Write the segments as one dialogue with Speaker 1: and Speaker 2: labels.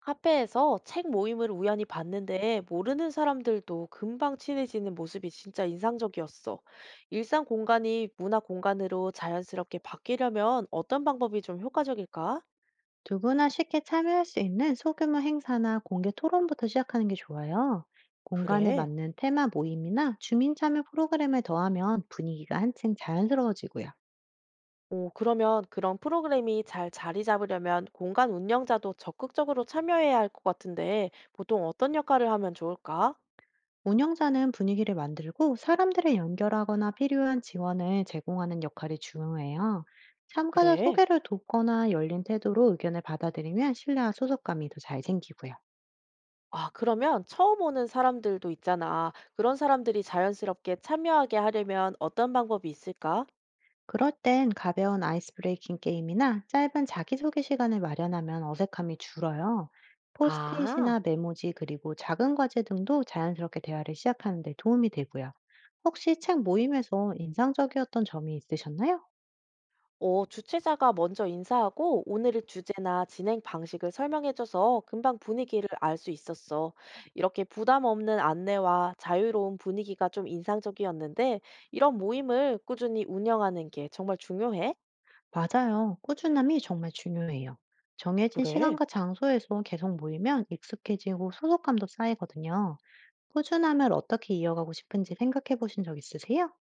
Speaker 1: 카페에서 책 모임을 우연히 봤는데 모르는 사람들도 금방 친해지는 모습이 진짜 인상적이었어. 일상 공간이 문화 공간으로 자연스럽게 바뀌려면 어떤 방법이 좀 효과적일까?
Speaker 2: 누구나 쉽게 참여할 수 있는 소규모 행사나 공개 토론부터 시작하는 게 좋아요. 공간에
Speaker 1: 그래.
Speaker 2: 맞는 테마 모임이나 주민 참여 프로그램을 더하면 분위기가 한층 자연스러워지고요.
Speaker 1: 오, 그러면 그런 프로그램이 잘 자리 잡으려면 공간 운영자도 적극적으로 참여해야 할 것 같은데 보통 어떤 역할을 하면 좋을까?
Speaker 2: 운영자는 분위기를 만들고 사람들을 연결하거나 필요한 지원을 제공하는 역할이 중요해요. 참가자
Speaker 1: 그래.
Speaker 2: 소개를 돕거나 열린 태도로 의견을 받아들이면 신뢰와 소속감이 더 잘 생기고요.
Speaker 1: 아, 그러면 처음 오는 사람들도 있잖아. 그런 사람들이 자연스럽게 참여하게 하려면 어떤 방법이 있을까?
Speaker 2: 그럴 땐 가벼운 아이스 브레이킹 게임이나 짧은 자기소개 시간을 마련하면 어색함이 줄어요.
Speaker 1: 아,
Speaker 2: 포스트잇이나 메모지 그리고 작은 과제 등도 자연스럽게 대화를 시작하는 데 도움이 되고요. 혹시 책 모임에서 인상적이었던 점이 있으셨나요?
Speaker 1: 어, 주최자가 먼저 인사하고 오늘의 주제나 진행 방식을 설명해줘서 금방 분위기를 알 수 있었어. 이렇게 부담 없는 안내와 자유로운 분위기가 좀 인상적이었는데, 이런 모임을 꾸준히 운영하는 게 정말 중요해?
Speaker 2: 맞아요. 꾸준함이 정말 중요해요. 정해진
Speaker 1: 그래.
Speaker 2: 시간과 장소에서 계속 모이면 익숙해지고 소속감도 쌓이거든요. 꾸준함을 어떻게 이어가고 싶은지 생각해 보신 적 있으세요?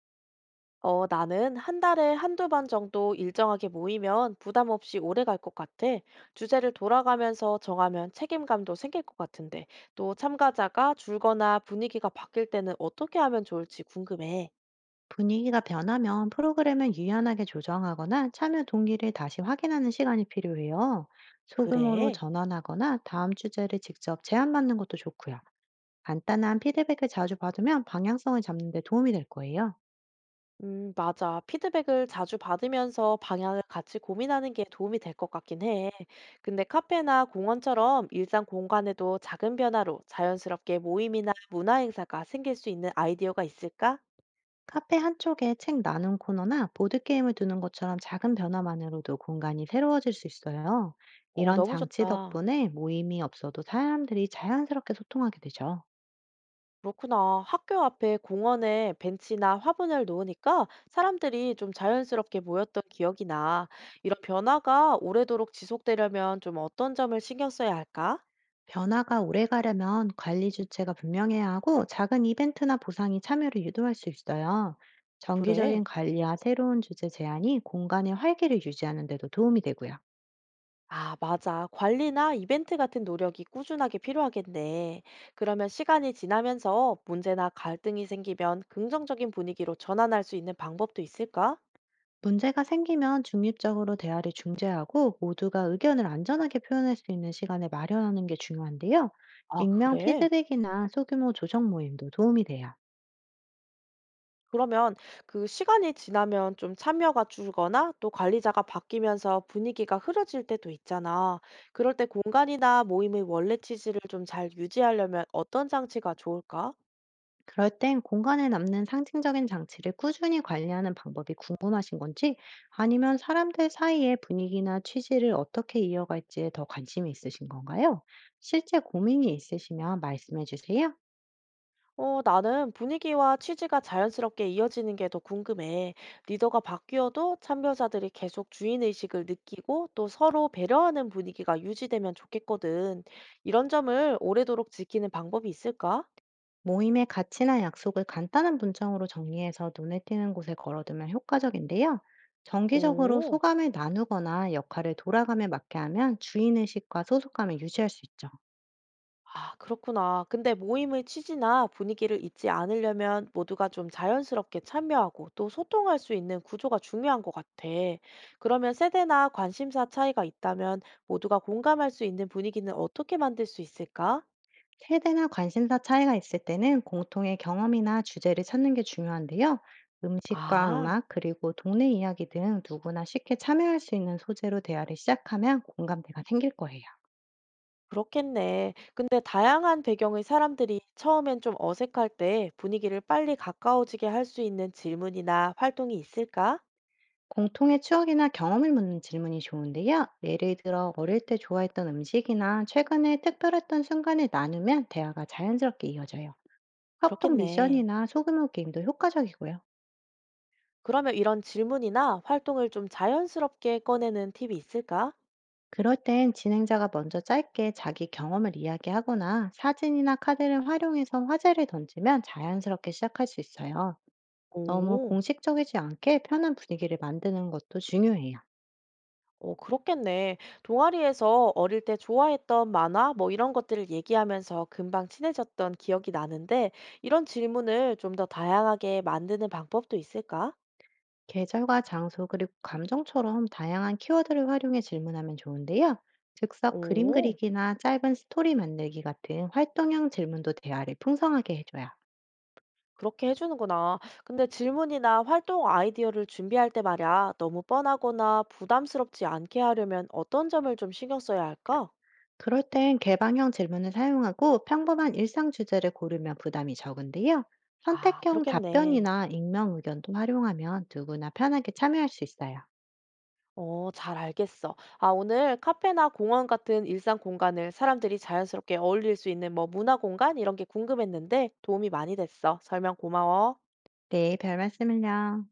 Speaker 1: 어, 나는 한 달에 한두 번 정도 일정하게 모이면 부담 없이 오래 갈 것 같아. 주제를 돌아가면서 정하면 책임감도 생길 것 같은데, 또 참가자가 줄거나 분위기가 바뀔 때는 어떻게 하면 좋을지 궁금해.
Speaker 2: 분위기가 변하면 프로그램을 유연하게 조정하거나 참여 동기를 다시 확인하는 시간이 필요해요. 소규모로
Speaker 1: 그래?
Speaker 2: 전환하거나 다음 주제를 직접 제안받는 것도 좋고요. 간단한 피드백을 자주 받으면 방향성을 잡는 데 도움이 될 거예요.
Speaker 1: 맞아. 피드백을 자주 받으면서 방향을 같이 고민하는 게 도움이 될 것 같긴 해. 근데 카페나 공원처럼 일상 공간에도 작은 변화로 자연스럽게 모임이나 문화 행사가 생길 수 있는 아이디어가 있을까?
Speaker 2: 카페 한쪽에 책 나눔 코너나 보드게임을 두는 것처럼 작은 변화만으로도 공간이 새로워질 수 있어요.
Speaker 1: 어,
Speaker 2: 이런
Speaker 1: 너무
Speaker 2: 장치
Speaker 1: 좋다.
Speaker 2: 덕분에 모임이 없어도 사람들이 자연스럽게 소통하게 되죠.
Speaker 1: 그렇구나. 학교 앞에 공원에 벤치나 화분을 놓으니까 사람들이 좀 자연스럽게 모였던 기억이 나. 이런 변화가 오래도록 지속되려면 좀 어떤 점을 신경 써야 할까?
Speaker 2: 변화가 오래 가려면 관리 주체가 분명해야 하고 작은 이벤트나 보상이 참여를 유도할 수 있어요.
Speaker 1: 그래.
Speaker 2: 정기적인 관리와 새로운 주제 제안이 공간의 활기를 유지하는 데도 도움이 되고요.
Speaker 1: 아, 맞아. 관리나 이벤트 같은 노력이 꾸준하게 필요하겠네. 그러면 시간이 지나면서 문제나 갈등이 생기면 긍정적인 분위기로 전환할 수 있는 방법도 있을까?
Speaker 2: 문제가 생기면 중립적으로 대화를 중재하고 모두가 의견을 안전하게 표현할 수 있는 시간을 마련하는 게 중요한데요.
Speaker 1: 아,
Speaker 2: 익명
Speaker 1: 그래.
Speaker 2: 피드백이나 소규모 조정 모임도 도움이 돼요.
Speaker 1: 그러면 그 시간이 지나면 좀 참여가 줄거나 또 관리자가 바뀌면서 분위기가 흐려질 때도 있잖아. 그럴 때 공간이나 모임의 원래 취지를 좀 잘 유지하려면 어떤 장치가 좋을까?
Speaker 2: 그럴 땐 공간에 남는 상징적인 장치를 꾸준히 관리하는 방법이 궁금하신 건지 아니면 사람들 사이의 분위기나 취지를 어떻게 이어갈지에 더 관심이 있으신 건가요? 실제 고민이 있으시면 말씀해 주세요.
Speaker 1: 어, 나는 분위기와 취지가 자연스럽게 이어지는 게 더 궁금해. 리더가 바뀌어도 참여자들이 계속 주인의식을 느끼고 또 서로 배려하는 분위기가 유지되면 좋겠거든. 이런 점을 오래도록 지키는 방법이 있을까?
Speaker 2: 모임의 가치나 약속을 간단한 문장으로 정리해서 눈에 띄는 곳에 걸어두면 효과적인데요. 정기적으로
Speaker 1: 오.
Speaker 2: 소감을 나누거나 역할을 돌아가며 맡게 하면 주인의식과 소속감을 유지할 수 있죠.
Speaker 1: 아, 그렇구나. 근데 모임의 취지나 분위기를 잊지 않으려면 모두가 좀 자연스럽게 참여하고 또 소통할 수 있는 구조가 중요한 것 같아. 그러면 세대나 관심사 차이가 있다면 모두가 공감할 수 있는 분위기는 어떻게 만들 수 있을까?
Speaker 2: 세대나 관심사 차이가 있을 때는 공통의 경험이나 주제를 찾는 게 중요한데요. 음식과
Speaker 1: 아,
Speaker 2: 음악, 그리고 동네 이야기 등 누구나 쉽게 참여할 수 있는 소재로 대화를 시작하면 공감대가 생길 거예요.
Speaker 1: 그렇겠네. 근데 다양한 배경의 사람들이 처음엔 좀 어색할 때 분위기를 빨리 가까워지게 할 수 있는 질문이나 활동이 있을까?
Speaker 2: 공통의 추억이나 경험을 묻는 질문이 좋은데요. 예를 들어 어릴 때 좋아했던 음식이나 최근에 특별했던 순간을 나누면 대화가 자연스럽게 이어져요. 협동
Speaker 1: 그렇겠네.
Speaker 2: 미션이나 소규모 게임도 효과적이고요.
Speaker 1: 그러면 이런 질문이나 활동을 좀 자연스럽게 꺼내는 팁이 있을까?
Speaker 2: 그럴 땐 진행자가 먼저 짧게 자기 경험을 이야기하거나 사진이나 카드를 활용해서 화제를 던지면 자연스럽게 시작할 수 있어요. 너무
Speaker 1: 오,
Speaker 2: 공식적이지 않게 편한 분위기를 만드는 것도 중요해요.
Speaker 1: 어, 그렇겠네. 동아리에서 어릴 때 좋아했던 만화 뭐 이런 것들을 얘기하면서 금방 친해졌던 기억이 나는데 이런 질문을 좀 더 다양하게 만드는 방법도 있을까?
Speaker 2: 계절과 장소 그리고 감정처럼 다양한 키워드를 활용해 질문하면 좋은데요. 즉석 그림
Speaker 1: 오,
Speaker 2: 그리기나 짧은 스토리 만들기 같은 활동형 질문도 대화를 풍성하게 해줘요.
Speaker 1: 그렇게 해주는구나. 근데 질문이나 활동 아이디어를 준비할 때 말야 너무 뻔하거나 부담스럽지 않게 하려면 어떤 점을 좀 신경 써야 할까?
Speaker 2: 그럴 땐 개방형 질문을 사용하고 평범한 일상 주제를 고르면 부담이 적은데요.
Speaker 1: 아,
Speaker 2: 선택형
Speaker 1: 그렇겠네.
Speaker 2: 답변이나 익명 의견도 활용하면 누구나 편하게 참여할 수 있어요.
Speaker 1: 어, 잘 알겠어. 아, 오늘 카페나 공원 같은 일상 공간을 사람들이 자연스럽게 어울릴 수 있는 뭐 문화 공간 이런 게 궁금했는데 도움이 많이 됐어. 설명 고마워.
Speaker 2: 네, 별 말씀을요.